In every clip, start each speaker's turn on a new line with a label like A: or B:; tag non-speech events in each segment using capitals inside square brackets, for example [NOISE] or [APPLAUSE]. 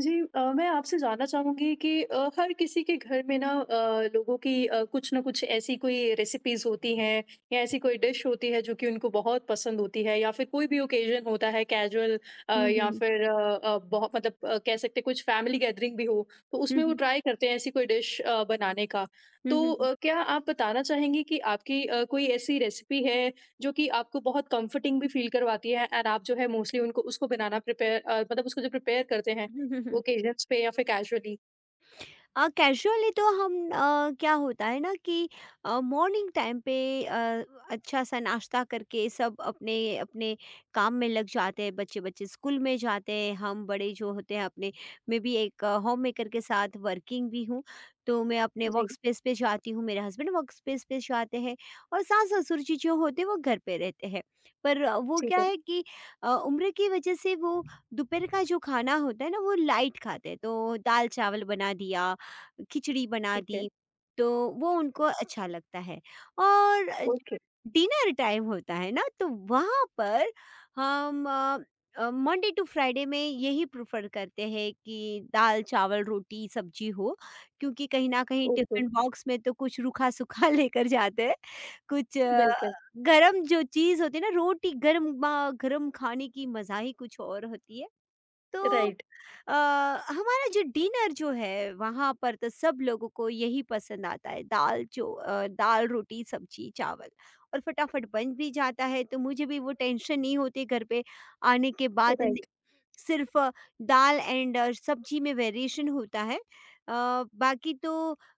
A: जी मैं आपसे जानना चाहूँगी कि हर किसी के घर में ना लोगों की कुछ ना कुछ ऐसी कोई रेसिपीज़ होती हैं या ऐसी कोई डिश होती है जो कि उनको बहुत पसंद होती है या फिर कोई भी ओकेजन होता है कैजुअल
B: 嗯哼
A: या
B: 哼，
A: फिर बहुत मतलब कह सकते हैं कुछ फैमिली गैदरिंग भी हो तो उसमें
B: 嗯
A: वो
B: 哼，
A: ट्राई करते हैं ऐसी कोई डिश बनाने का। तो
B: 嗯哼哼，
A: क्या आप बताना चाहेंगी कि आपकी कोई ऐसी रेसिपी है जो कि आपको बहुत कंफर्टिंग भी फील करवाती है एंड आप जो है मोस्टली उनको उसको बनाना प्रिपेयर मतलब उसको जो प्रिपेयर करते हैं
B: 嗯哼哼。
A: ओकेजन्स पे या फिर कैजुअली।
B: कैजुअली तो हम, क्या होता है ना कि मॉर्निंग टाइम पे अ, अच्छा सा नाश्ता करके सब अपने अपने काम में लग जाते हैं, बच्चे बच्चे स्कूल में जाते हैं, हम बड़े जो होते हैं अपने, मैं भी एक होम मेकर के साथ वर्किंग भी हूँ। तो मैं अपने
A: जी।
B: वर्क स्पेस पे जाती हूँ, मेरे हस्बैंड वर्क स्पेस पे जाते हैं और सास ससुर जी जो होते हैं वो घर पे रहते हैं। पर वो
A: ठीक
B: क्या
A: है।
B: है कि उम्र की वजह से वो दोपहर का जो खाना होता है ना वो लाइट खाते हैं, तो दाल चावल बना दिया, खिचड़ी बना
A: ठीक है।
B: दी, तो वो उनको अच्छा लगता है। और
A: ओके।
B: डिनर टाइम होता है ना, तो वहाँ पर हम मंडे टू फ्राइडे में यही प्रेफ़र करते हैं कि दाल-चावल, रोटी, सब्ज़ी हो, क्योंकि कहीं न कहीं
A: ओके।
B: टिफ़िन बॉक्स में तो कुछ रूखा-सूखा [LAUGHS] लेकर जाते हैं, कुछ
A: बिल्कुल।
B: गरम जो चीज़ होती है ना, रोटी गरमा-गरम खाने की मज़ा ही कुछ और होती है। तो
A: राइट।
B: अ, हमारा जो डिनर जो है वहाँ पर तो सब लोगों को यही पसंद आता है, दाल रोटी सब्जी चावल, और फटाफट बन भी जाता है तो मुझे भी वो टेंशन नहीं होती घर पे आने के बाद।
A: राइट।
B: सिर्फ़ दाल एंड सब्ज़ी में वेरिएशन होता है। बाकी तो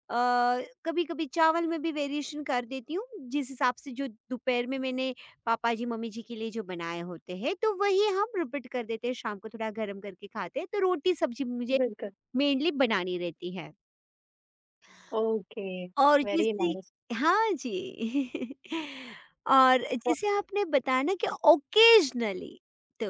B: अ, कभी-कभी चावल में भी वेरिएशन कर देती हूँ, जिस हिसाब से जो दोपहर में मैंने पापा जी, मम्मी जी के लिए जो बनाए होते हैं, तो वही हम रिपीट कर देते हैं, शाम को थोड़ा गरम करके खाते हैं, तो रोटी सब्ज़ी मुझे
A: बिल्कुल।
B: मेनली बनानी रहती है।
A: ओके।
B: और
A: वेरी
B: जैसे
A: नाइस।
B: हाँ जी [LAUGHS] और
A: बहुत
B: जैसे आपने बताया ना कि
A: अच्छा।
B: ओकेजनली, तो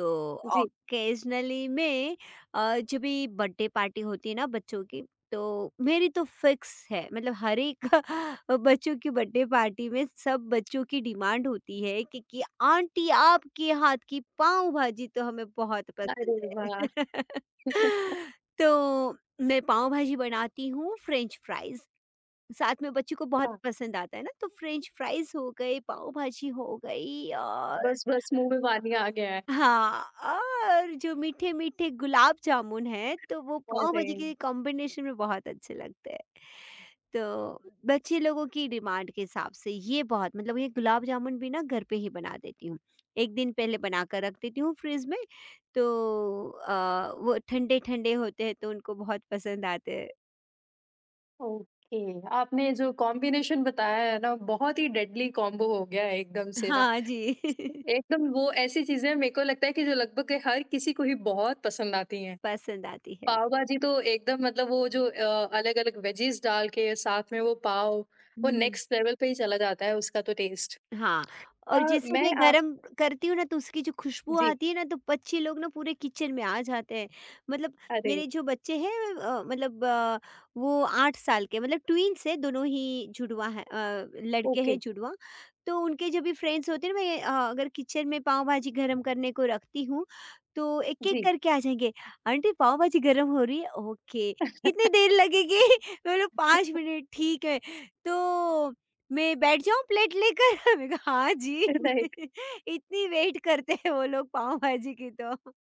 A: जी।
B: ओकेजनली में जब भी बर्थडे पार्टी होती है ना बच्चों की, तो मेरी तो फिक्स है, मतलब हर एक [LAUGHS] बच्चों की बर्थडे पार्टी में सब बच्चों की डिमांड होती है कि आंटी आपके हाथ की पाव भाजी तो हमें बहुत पसंद
A: अरे
B: है।
A: वाह!
B: [LAUGHS] तो मैं पाव भाजी बनाती हूँ, फ्रेंच फ्राइज साथ में, बच्चों को बहुत
A: वाह!
B: पसंद आता है ना, तो फ्रेंच फ्राइज हो गए, पाव भाजी हो गई और
A: बस, बस मुँह में पानी आ गया है।
B: हाँ, और जो मीठे मीठे गुलाब जामुन है तो वो पाव
A: अरे,
B: भाजी के कॉम्बिनेशन में बहुत अच्छे लगते हैं। तो बच्चे लोगों की डिमांड के हिसाब से ये बहुत, मतलब ये गुलाब जामुन भी ना घर पे ही बना देती हूँ, एक दिन पहले बना कर रख देती हूँ फ्रिज में, तो वो ठंडे ठंडे होते हैं तो उनको बहुत पसंद आते हैं।
A: ओके, आपने जो कॉम्बिनेशन बताया है ना, बहुत ही डेडली कॉम्बो हो गया है एकदम से ना।
B: हाँ जी। [LAUGHS]
A: एकदम वो ऐसी चीज़ें मेरे को लगता है कि जो लगभग हर किसी को ही बहुत पसंद आती हैं।
B: पसंद आती है।
A: पाव भाजी तो एकदम मतलब वो जो अलग अलग वेजीज डाल के साथ में वो पाव वो
B: हम्म।
A: नेक्स्ट लेवल पे ही चला जाता है उसका तो टेस्ट।
B: हाँ,
A: अ,
B: और जिसे
A: मैं
B: मैं
A: आप
B: गरम करती हूँ ना तो उसकी जो खुशबू
A: जी।
B: आती है ना तो बच्चे लोग ना पूरे किचन में आ जाते हैं। मतलब
A: अरे।
B: मेरे जो बच्चे हैं, वो 8 साल के, मतलब ट्विन्स हैं, दोनों ही जुड़वा हैं, लड़के
A: ओके।
B: हैं जुड़वा। तो उनके जो भी फ्रेंड्स होते हैं ना, मैं अगर किचन में पाव-भाजी गरम करने को रखती हूँ तो एक-एक
A: जी।
B: करके आ जाएँगे, "आंटी पाव-भाजी गरम हो रही है?" "ओके।" "कितनी देर लगेगी?" [LAUGHS] मैं बोला, "5 मिनट।" "ठीक है।" तो मैं बैठ जाऊँ प्लेट लेकर? [LAUGHS] मैंने कहा हाँ जी।
A: [LAUGHS] राइट।
B: [LAUGHS] इतनी वेट करते हैं वो लोग पाव भाजी की तो।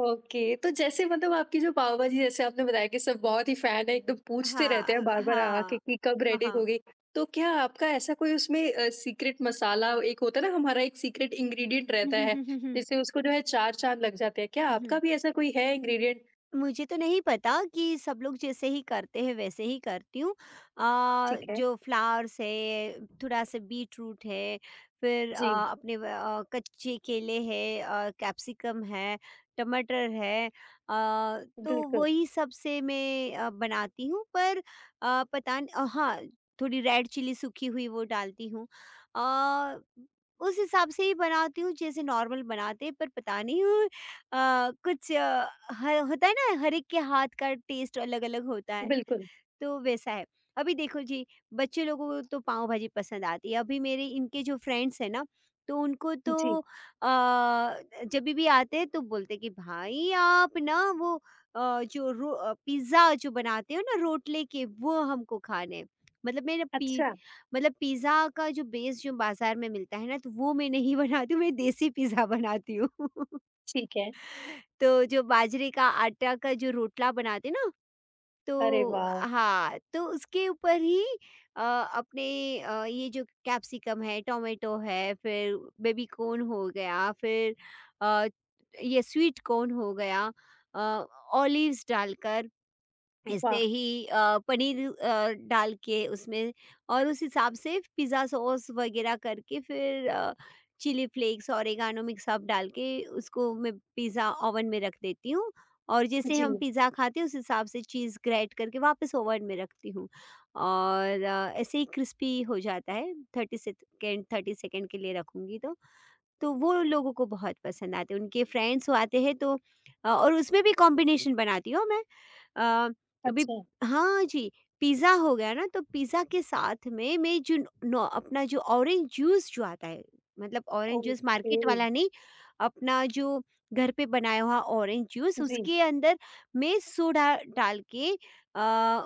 A: ओके, तो जैसे मतलब आपकी जो पाव भाजी, जैसे आपने बताया कि सब बहुत ही फैन है, एकदम पूछते
B: हाँ,
A: रहते हैं बार
B: हाँ।
A: बार आके
B: हाँ,
A: कि कब
B: [LAUGHS]
A: रेडी
B: हाँ।
A: होगी। तो क्या आपका ऐसा कोई उसमें सीक्रेट मसाला एक होता है ना हमारा एक सीक्रेट इंग्रेडिएंट
B: हुँ,
A: रहता
B: हुँ,
A: है
B: हुँ, हुँ, हुँ।
A: जिससे उसको जो है चार चांद लग जाते हैं, क्या
B: हुँ,
A: आपका
B: हुँ।
A: भी ऐसा कोई है इंग्रेडिएंट?
B: मुझे तो नहीं पता, कि सब लोग जैसे ही करते हैं वैसे ही करती हूँ।
A: ठीक है।
B: जो फ्लावर्स है, थोड़ा सा बीट रूट है, फिर
A: जी।
B: अपने कच्चे केले है, कैप्सिकम है, टमाटर है, आ, तो
A: बिल्कुल,
B: वही सब से मैं बनाती हूँ, पर आ, पता नहीं आ, हाँ, थोड़ी रेड चिली सूखी हुई वो डालती हूँ, आ, उस हिसाब से ही बनाती हूँ जैसे नॉर्मल बनाते हैं, पर पता नहीं हूँ कुछ, हर होता है ना, हर एक के हाथ का टेस्ट अलग-अलग होता है,
A: बिल्कुल।
B: तो वैसा है। अभी देखो जी, बच्चे लोगों को तो पाव-भाजी पसंद आती है, अभी मेरे इनके जो फ्रेंड्स हैं ना, तो उनको तो
A: जी।
B: अ, जभी भी आते हैं तो बोलते हैं कि भाई आप ना वो, पिज़्ज़ा जो बनाते हो ना रोटले के, वो हमको खाने हैं। मतलब मेरा पि
A: अच्छा।
B: मतलब पिज़्ज़ा का जो बेस जो बाज़ार में मिलता है ना, तो वो मैं नहीं [LAUGHS] बनाती हूँ, मैं देसी पिज़्ज़ा बनाती हूँ।
A: ठीक है।
B: तो जो बाजरे का आटा का जो रोटला बनाते ना, तो
A: अरे वाह!
B: हाँ, तो उसके ऊपर ही ये जो कैप्सिकम है, टोमेटो है, फिर बेबी कॉर्न हो गया, फिर अ, ये स्वीट कॉर्न हो गया, अ, ऑलिव्स डालकर ऐसे
A: वाह!
B: ही पनीर डाल के उसमें, और उस हिसाब से पिज़्ज़ा सॉस वगैरह करके, फिर chilli flakes, oregano mix up डाल के उसको मैं पिज़्ज़ा ओवन में रख देती हूँ, और जैसे
A: जी।
B: हम पिज़्ज़ा खाते हैं उस हिसाब से चीज़ ग्रेट करके वापस ओवन में रखती हूँ, और ऐसे ही क्रिस्पी हो जाता है, 30 सेकंड, 30 सेकंड के लिए रखूँगी तो वो लोगों को बहुत पसंद आते हैं, उनके फ्रेंड्स वो आते हैं तो। और उसमें भी कॉम्बिनेशन बनाती हूँ मैं, अ, अभी
A: अच्छा।
B: हाँ जी, पिज़्ज़ा हो गया ना, तो पिज़्ज़ा के साथ में मैं जो, नॉ अपना जो ऑरेंज जूस जो आता है, मतलब ऑरेंज जूस
A: ओके।
B: मार्केट वाला नहीं, अपना जो घर पे बनाया हुआ ऑरेंज जूस,
A: जी।
B: उसके अंदर मैं सोडा डाल के अ,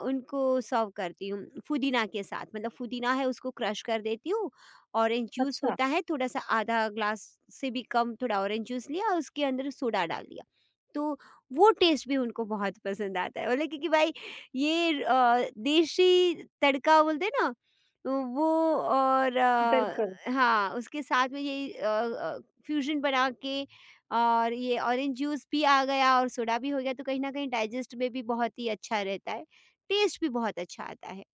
B: उनको सर्व करती हूँ, पुदीना के साथ, मतलब पुदीना है उसको क्रश कर देती हूँ, ऑरेंज जूस
A: अच्छा।
B: होता है थोड़ा-सा, आधा ग्लास से भी कम थोड़ा ऑरेंज जूस लिया और उसके अंदर सोडा डाल दिया। तो वो टेस्ट भी उनको बहुत पसंद आता है, बोले क्योंकि भाई ये देशी तड़का बोलते हैं ना, वो। और
A: बिल्कुल।
B: हाँ, उसके साथ में ये फ्यूज़न बना के, और ये ऑरेंज जूस भी आ गया और सोडा भी हो गया, तो कहीं न कहीं डाइजेस्ट में भी बहुत ही अच्छा रहता है। टेस्ट भी बहुत अच्छा आता है।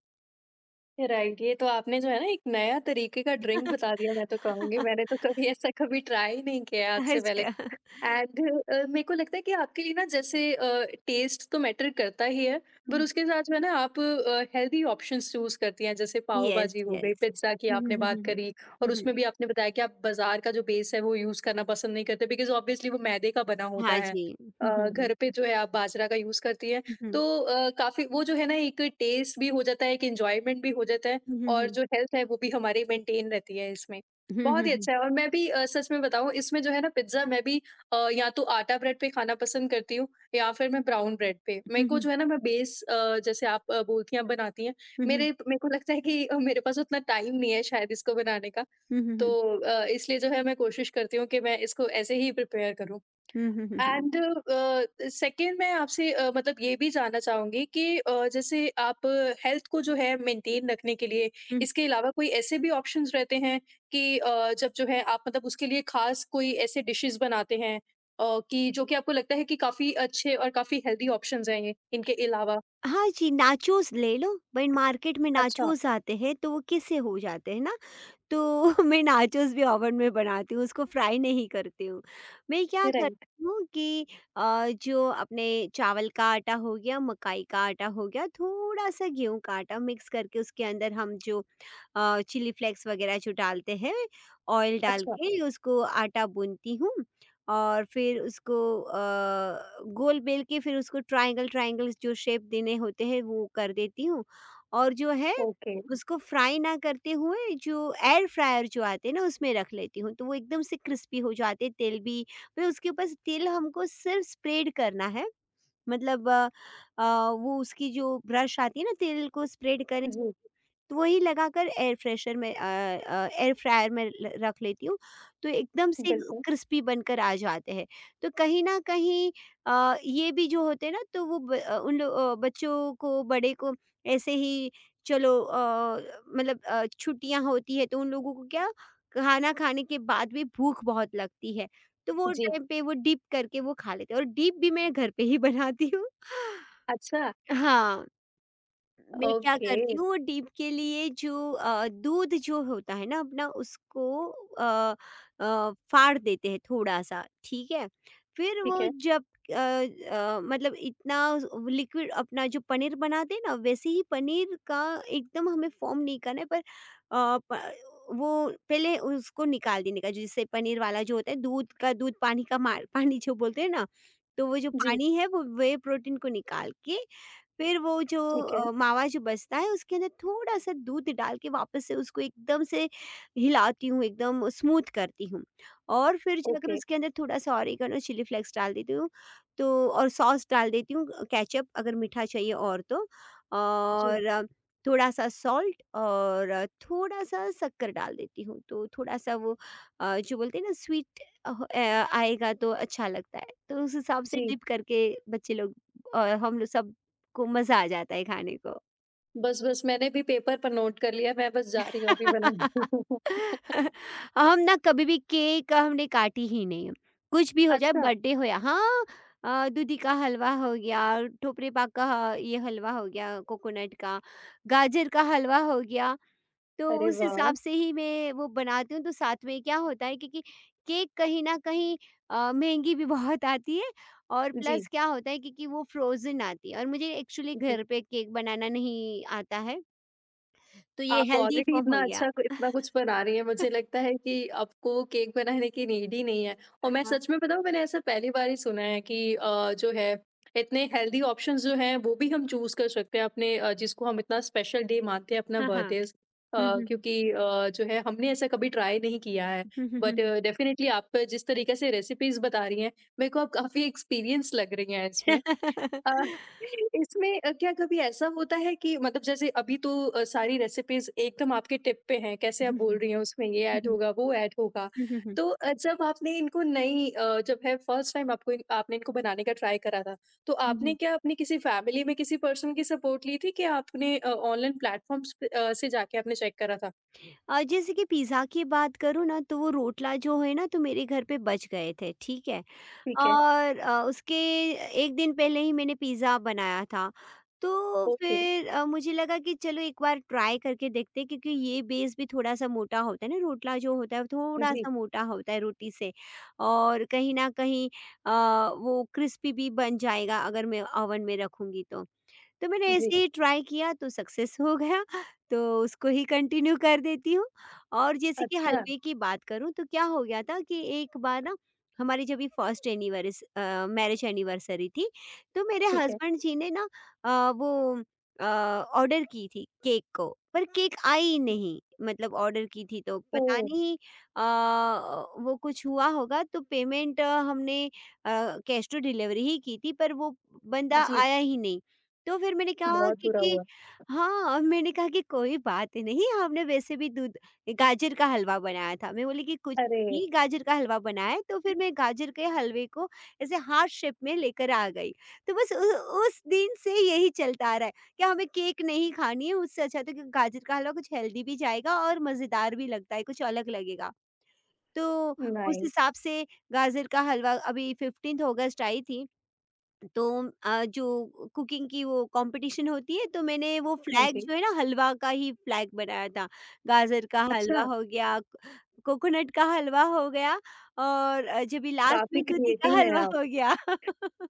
A: राइट, ये तो आपने जो है ना एक नया तरीके का ड्रिंक बता दिया, मैं तो कहूँगी, मैंने
B: [LAUGHS]
A: तो कभी ऐसा कभी ट्राई ही नहीं किया है आज से पहले।
B: अच्छा।
A: एंड मेरे को लगता है कि आपके लिए ना, जैसे टेस्ट तो मैटर करता ही है पर उसके साथ जो है ना आप हेल्दी ऑप्शंस चूज करती हैं, जैसे पाव
B: यस,
A: भाजी हो गई,
B: यस।
A: पिज्ज़ा की
B: हुँ,
A: आपने
B: हुँ, हुँ,
A: बात
B: हुँ,
A: करी। और
B: हुँ। हुँ, हुँ।
A: उसमें
B: [LAUGHS]
A: भी आपने बताया कि आप बाजार का जो बेस है वो यूज़ करना पसंद नहीं करते, बिकॉज ऑब्वियसली वो मैदे का बना होता
B: हाँ
A: है।
B: जी। हुँ, हुँ, हुँ।
A: घर पे जो है आप बाजरा का यूज़ करती हैं।
B: हुँ,
A: तो
B: हुँ।
A: काफ़ी वो जो है ना एक टेस्ट भी हो जाता है, एक एंजॉयमेंट भी हो जाता है
B: हुँ, हुँ,
A: और
B: हुँ।
A: जो हेल्थ है वो भी हमारी मेंटेन रहती है इसमें।
B: हुँ,
A: बहुत
B: हुँ,
A: ही
B: हुँ।
A: अच्छा है। और मैं भी सच में बताऊं, इसमें जो है ना पिज्ज़ा मैं भी या तो आटा ब्रेड पे खाना पसंद करती हूँ या फिर मैं ब्राउन ब्रेड पे। मेरे
B: हुँ,
A: को
B: हुँ।
A: जो है ना मैं बेस जैसे आप बोलती हैं आप बनाती हैं,
B: हुँ, हुँ।
A: मेरे मेरे को लगता है कि मेरे पास उतना टाइम नहीं है शायद इसको बनाने का।
B: हुँ, हुँ, हुँ।
A: तो इसलिए जो है मैं कोशिश करती हूँ कि मैं इसको ऐसे ही प्रिपेयर करूँ।
B: हुँ, हुँ, हुँ, हुँ।
A: एंड सेकंड, मैं आपसे मतलब ये भी जानना चाहूँगी कि जैसे आप हेल्थ को जो है मेंटेन रखने के लिए,
B: हुँ।
A: इसके अलावा कोई ऐसे भी ऑप्शंस रहते हैं कि जब जो है आप मतलब उसके लिए खास कोई ऐसे डिशेज़ बनाते हैं कि जो कि आपको लगता है कि काफ़ी अच्छे और काफ़ी हेल्दी ऑप्शंस हैं ये, इनके अलावा?
B: हाँ जी, नाचोस ले लो, भाई मार्केट में
A: अच्छा।
B: नाचोस आते हैं, तो वो किस्से हो जाते हैं ना? तो [LAUGHS] मैं नाचोस भी ओवन में बनाती हूँ, उसको फ्राई नहीं करती हूँ। मैं क्या
A: राइट।
B: करती हूँ कि जो अपने चावल का आटा हो गया, मकाई का आटा हो गया, थोड़ा-सा गेहूँ का आटा मिक्स करके उसके अंदर हम जो चिली फ्लेक्स वगैरह जो डालते हैं, ऑयल डाल
A: अच्छा।
B: के उसको आटा गूँथती हूँ और फिर उसको गोल बेल के, फिर उसको ट्रायंगल्स जो शेप देने होते हैं, वो कर देती हूँ, और जो है
A: ओके।
B: उसको फ्राई ना करते हुए जो एयर फ्रायर जो आते हैं ना उसमें रख लेती हूँ, तो वो एकदम से क्रिस्पी हो जाते हैं, तेल भी, फिर उसके ऊपर से तेल हमको सिर्फ स्प्रेड करना है, मतलब अ, वो उसकी जो ब्रश आती है ना तेल को स्प्रेड करने,
A: जी।
B: तो वही लगाकर एयर फ्रेशर में अ अ, एयर फ्रायर में ल रख लेती हूँ, तो एकदम से
A: बिल्कुल।
B: क्रिस्पी बनकर आ जाते हैं। तो कहीं न कहीं ये भी जो होते हैं ना, तो वो ब अ, उन लो अ, बच्चों को, बड़े को ऐसे ही चलो, छुट्टियाँ होती है तो उन लोगों को क्या, खाना खाने के बाद भी भूख बहुत लगती है, तो वो
A: जी।
B: टाइम पे वो डिप करके वो खा लेते हैं, और डिप भी मैं घर पे ही बनाती हूँ। [LAUGHS]
A: अच्छा।
B: हाँ। मैं क्या
A: ओके।
B: करती हूँ, वो डीप के लिए जो दूध जो होता है ना अपना, उसको अ, फाड़ देते हैं थोड़ा सा, ठीक है, फिर वो
A: ठीक है।
B: जब इतना लिक्विड, अपना जो पनीर बनाते हैं ना वैसे ही पनीर का एकदम हमें फॉर्म नहीं करना है, पर प- वो पहले उसको निकाल देने का, जिससे पनीर वाला जो होता है, दूध का दूध, पानी का मार पानी जो बोलते हैं ना, तो वो जो
A: जी।
B: पानी है वो वे प्रोटीन को निकाल के, फिर वो जो
A: ठीक है।
B: मावा जो बचता है, उसके अंदर थोड़ा-सा दूध डाल के वापस से उसको एकदम से हिलाती हूँ, एकदम स्मूथ करती हूँ, और फिर जो अगर
A: ओके।
B: उसके अंदर थोड़ा-सा ऑरिगेनो, चिली फ्लेक्स डाल देती हूँ, तो और सॉस डाल देती हूँ, केचअप अगर मीठा चाहिए, और तो
A: जी।
B: और थोड़ा-सा सॉल्ट और थोड़ा-सा शक्कर डाल देती हूँ, तो थोड़ा-सा वो जो बोलते हैं ना स्वीट अ, आएगा तो अच्छा लगता है। तो उस हिसाब से
A: जी।
B: डिप करके बच्चे लोग और हम लोग सब को मज़ा आ जाता है खाने को।
A: बस, बस मैंने भी पेपर पर नोट कर लिया, मैं बस जा रही हूँ अभी बनाने। [LAUGHS]
B: [LAUGHS] हम ना कभी भी केक हमने काटी ही नहीं। कुछ भी हो जाए
A: अच्छा।
B: बर्थडे हो या हाँ, दूधी का हलवा हो गया, ठोपरे पाक का ये हलवा हो गया कोकोनट का, गाजर का हलवा हो गया, तो
A: अरे
B: उस
A: वाह!
B: हिसाब से ही मैं वो बनाती हूँ। तो साथ में क्या होता है, क्योंकि केक कहीं न कहीं महँगी भी बहुत आती है, और
A: जी।
B: प्लस क्या होता है, क्योंकि वो फ्रोज़न आती है, और मुझे एक्चुअली
A: जी।
B: घर पे केक बनाना नहीं आता है। तो ये
A: आप
B: हेल्दी
A: ऑलरेडी
B: फॉर्म हो
A: इतना
B: गया।
A: अच्छा, इतना कुछ बना रही हैं, मुझे लगता है कि आपको केक बनाने की नीड ही नहीं है। और मैं
B: हाँ,
A: सच में बताऊँ, मैंने ऐसा पहली बार ही सुना है कि जो है इतने हेल्दी ऑप्शंस जो हैं वो भी हम चूज़ कर सकते हैं अपने जिसको हम इतना स्पेशल डे मानते हैं, अपना
B: हाँ, हाँ।
A: बर्थडे।
B: हुँ, हुँ, हुँ।
A: क्योंकि जो है हमने ऐसा कभी ट्राई नहीं किया है।
B: हुँ, हुँ, हुँ,
A: बट
B: हुँ।
A: डेफिनिटली आप जिस तरीके से रेसिपीज़ बता रही हैं, मेरे को अब काफ़ी एक्सपीरियंस लग रही हैं इसमें। अ, इसमें क्या कभी ऐसा होता है कि मतलब जैसे अभी तो सारी रेसिपीज़ एकदम आपके टिप पे हैं, कैसे आप
B: हुँ,
A: बोल
B: हुँ।
A: रही हैं उसमें ये
B: हुँ,
A: ऐड
B: हुँ।
A: होगा, वो ऐड होगा।
B: हुँ, हुँ, हुँ।
A: तो जब आपने इनको नई अ, जब है फर्स्ट टाइम आपको इन आपने इनको बनाने का ट्राई करा था, तो
B: हुँ,
A: आपने
B: हुँ। [LAUGHS]
A: क्या अपनी किसी फैमिली में किसी पर्सन की सपोर्ट ली थी कि आपने ऑनलाइन प्लेटफ़ॉर्म्स पे से जाके आपने चेक करा था?
B: और जैसे कि पिज़्ज़ा की बात करूँ ना, तो वो रोटला जो है ना, तो मेरे घर पे बच गए थे, ठीक है?
A: ठीक है।
B: और उसके 1 दिन पहले ही मैंने पिज़्ज़ा बनाया था। तो
A: ओके।
B: फिर मुझे लगा कि चलो एक बार ट्राई करके देखते हैं, क्योंकि ये बेस भी थोड़ा-सा मोटा होता है ना, रोटला जो होता है वो
A: जी।
B: थोड़ा-सा मोटा होता है रोटी से, और कहीं न कहीं अ, वो क्रिस्पी भी बन जाएगा अगर मैं ओवन में रखूँगी तो। तो मैंने
A: जी।
B: ऐसे ही ट्राई किया तो सक्सेस हो गया, तो उसको ही कंटिन्यू कर देती हूँ। और जैसे कि
A: अच्छा।
B: हलवे की बात करूँ, तो क्या हो गया था कि एक बार ना, हमारी जब भी फर्स्ट एनिवर्स मैरिज एनिवर्सरी थी, तो मेरे
A: ठीक है।
B: हस्बैंड जी ने ना वो ऑर्डर की थी केक को, पर केक आई नहीं, मतलब ऑर्डर की थी तो पता
A: ओह!
B: नहीं अ, वो कुछ हुआ होगा। तो पेमेंट हमने कैश टू डिलीवरी ही की थी, पर वो बंदा
A: जी।
B: आया ही नहीं। तो फिर मैंने कहा हाँ।
A: बहुत बुरा
B: कि
A: हुआ।
B: हाँ, मैंने कहा कि कोई बात नहीं, हमने वैसे भी दूध गाजर का हलवा बनाया था। मैं बोली कि कुछ
A: अरे!
B: नहीं, गाजर का हलवा बनाया है, तो फिर मैं गाजर के हलवे को ऐसे हार्ट शेप में लेकर आ गई। तो बस उ उस दिन से यही चलता आ रहा है कि हमें केक नहीं खानी है, उससे अच्छा तो कि गाजर का हलवा, कुछ हेल्दी भी जाएगा और मज़ेदार भी लगता है, कुछ अलग लगेगा। तो उस
A: नाइस।
B: हिसाब से गाजर का हलवा अभी 15 अगस्त आई थी। तो जो कुकिंग की वो कॉम्पिटिशन होती है, तो मैंने वो जी।
A: हाँ
B: फ्लैग
A: जी।
B: जो है ना, हलवा का ही फ्लैग बनाया था। गाजर का हलवा
A: अच्छा।
B: हो गया, कोकोनट का हलवा हो गया, और जब ये लास्ट
A: काफ़ी
B: में दूधी का
A: क्रिएटिव हैं
B: हलवा
A: आप।
B: हो गया। [LAUGHS]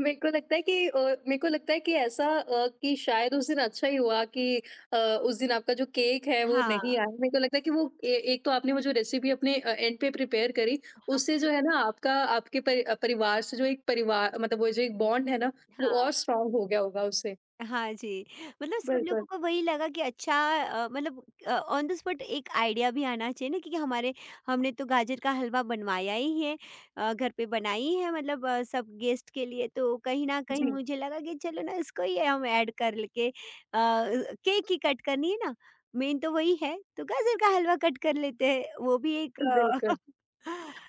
A: मेरे को लगता है कि ऐसा कि शायद उस दिन अच्छा ही हुआ कि उस दिन आपका जो केक है वो
B: हाँ,
A: नहीं आया। मेरे को लगता है कि वो ए एक तो आपने वो जो रेसिपी अपने एंड पे प्रिपेयर करी,
B: हाँ,
A: उससे जो है ना आपका आपके परिवार से जो एक परिवार मतलब वो जो एक बॉन्ड है ना, वो
B: हाँ।
A: और स्ट्रॉन्ग हो गया होगा उससे।
B: हाँ जी, मतलब सब
A: बिल्कुल।
B: लोगों को वही लगा कि अच्छा, ऑन द स्पॉट एक आइडिया भी आना चाहिए ना, क्योंकि हमारे हमने तो गाजर का हलवा बनवाया ही है, घर पे बनाई है, सब गेस्ट के लिए, तो कहीं न कहीं
A: जी,
B: मुझे लगा कि चलो ना इसको ही हम ऐड कर ल के केक ही कट करनी है ना, मेन तो वही है, तो गाजर का हलवा कट कर लेते हैं, वो भी एक
A: बिल्कुल।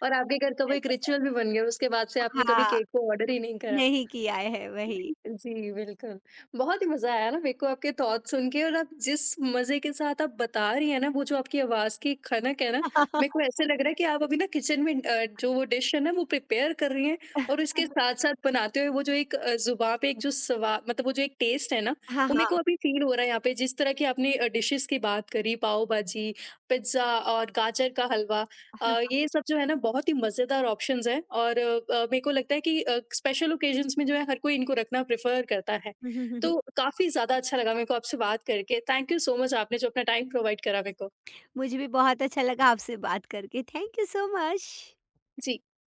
A: और आपके घर का वो एक रिचुअल भी
B: [LAUGHS]
A: बन गया, उसके बाद से आपने कभी
B: हाँ,
A: केक को ऑर्डर ही नहीं करा।
B: नहीं किया है, वही।
A: जी, बिल्कुल। बहुत ही मज़ा आया ना मेरे को आपके थॉट्स सुन के, और आप जिस मज़े के साथ आप बता रही हैं ना, वो जो आपकी आवाज़ की खनक है ना, मेरे को
B: [LAUGHS]
A: ऐसे लग रहा है कि आप अभी ना किचन में जो वो डिश है ना वो प्रिपेयर कर रही हैं और उसके साथ-साथ बनाते हुए वो जो एक ज़ुबान पे एक जो सवा मतलब वो जो एक टेस्ट है ना,
B: हाँ,
A: वो मेरे को
B: हाँ।
A: अभी फ़ील हो रहा है यहाँ पे, जिस तरह की आपने डिशेज़ की बात करी, पाव भाजी, पिज़्ज़ा और गाजर का हलवा। अ,
B: [LAUGHS]
A: ये सब जो है ना बहुत ही मज़ेदार ऑप्शंस हैं और मेरे को लगता है कि स्पेशल ओकेजन्स में जो है हर कोई इनको रखना प्रेफ़र करता है।
B: हुँ, हुँ, हुँ।
A: तो काफ़ी ज़्यादा अच्छा लगा मेरे को आपसे बात करके। थैंक यू सो मच आपने जो अपना टाइम प्रोवाइड करा मेरे को।
B: मुझे भी बहुत अच्छा लगा आपसे बात करके। Thank you so much.
A: Ji.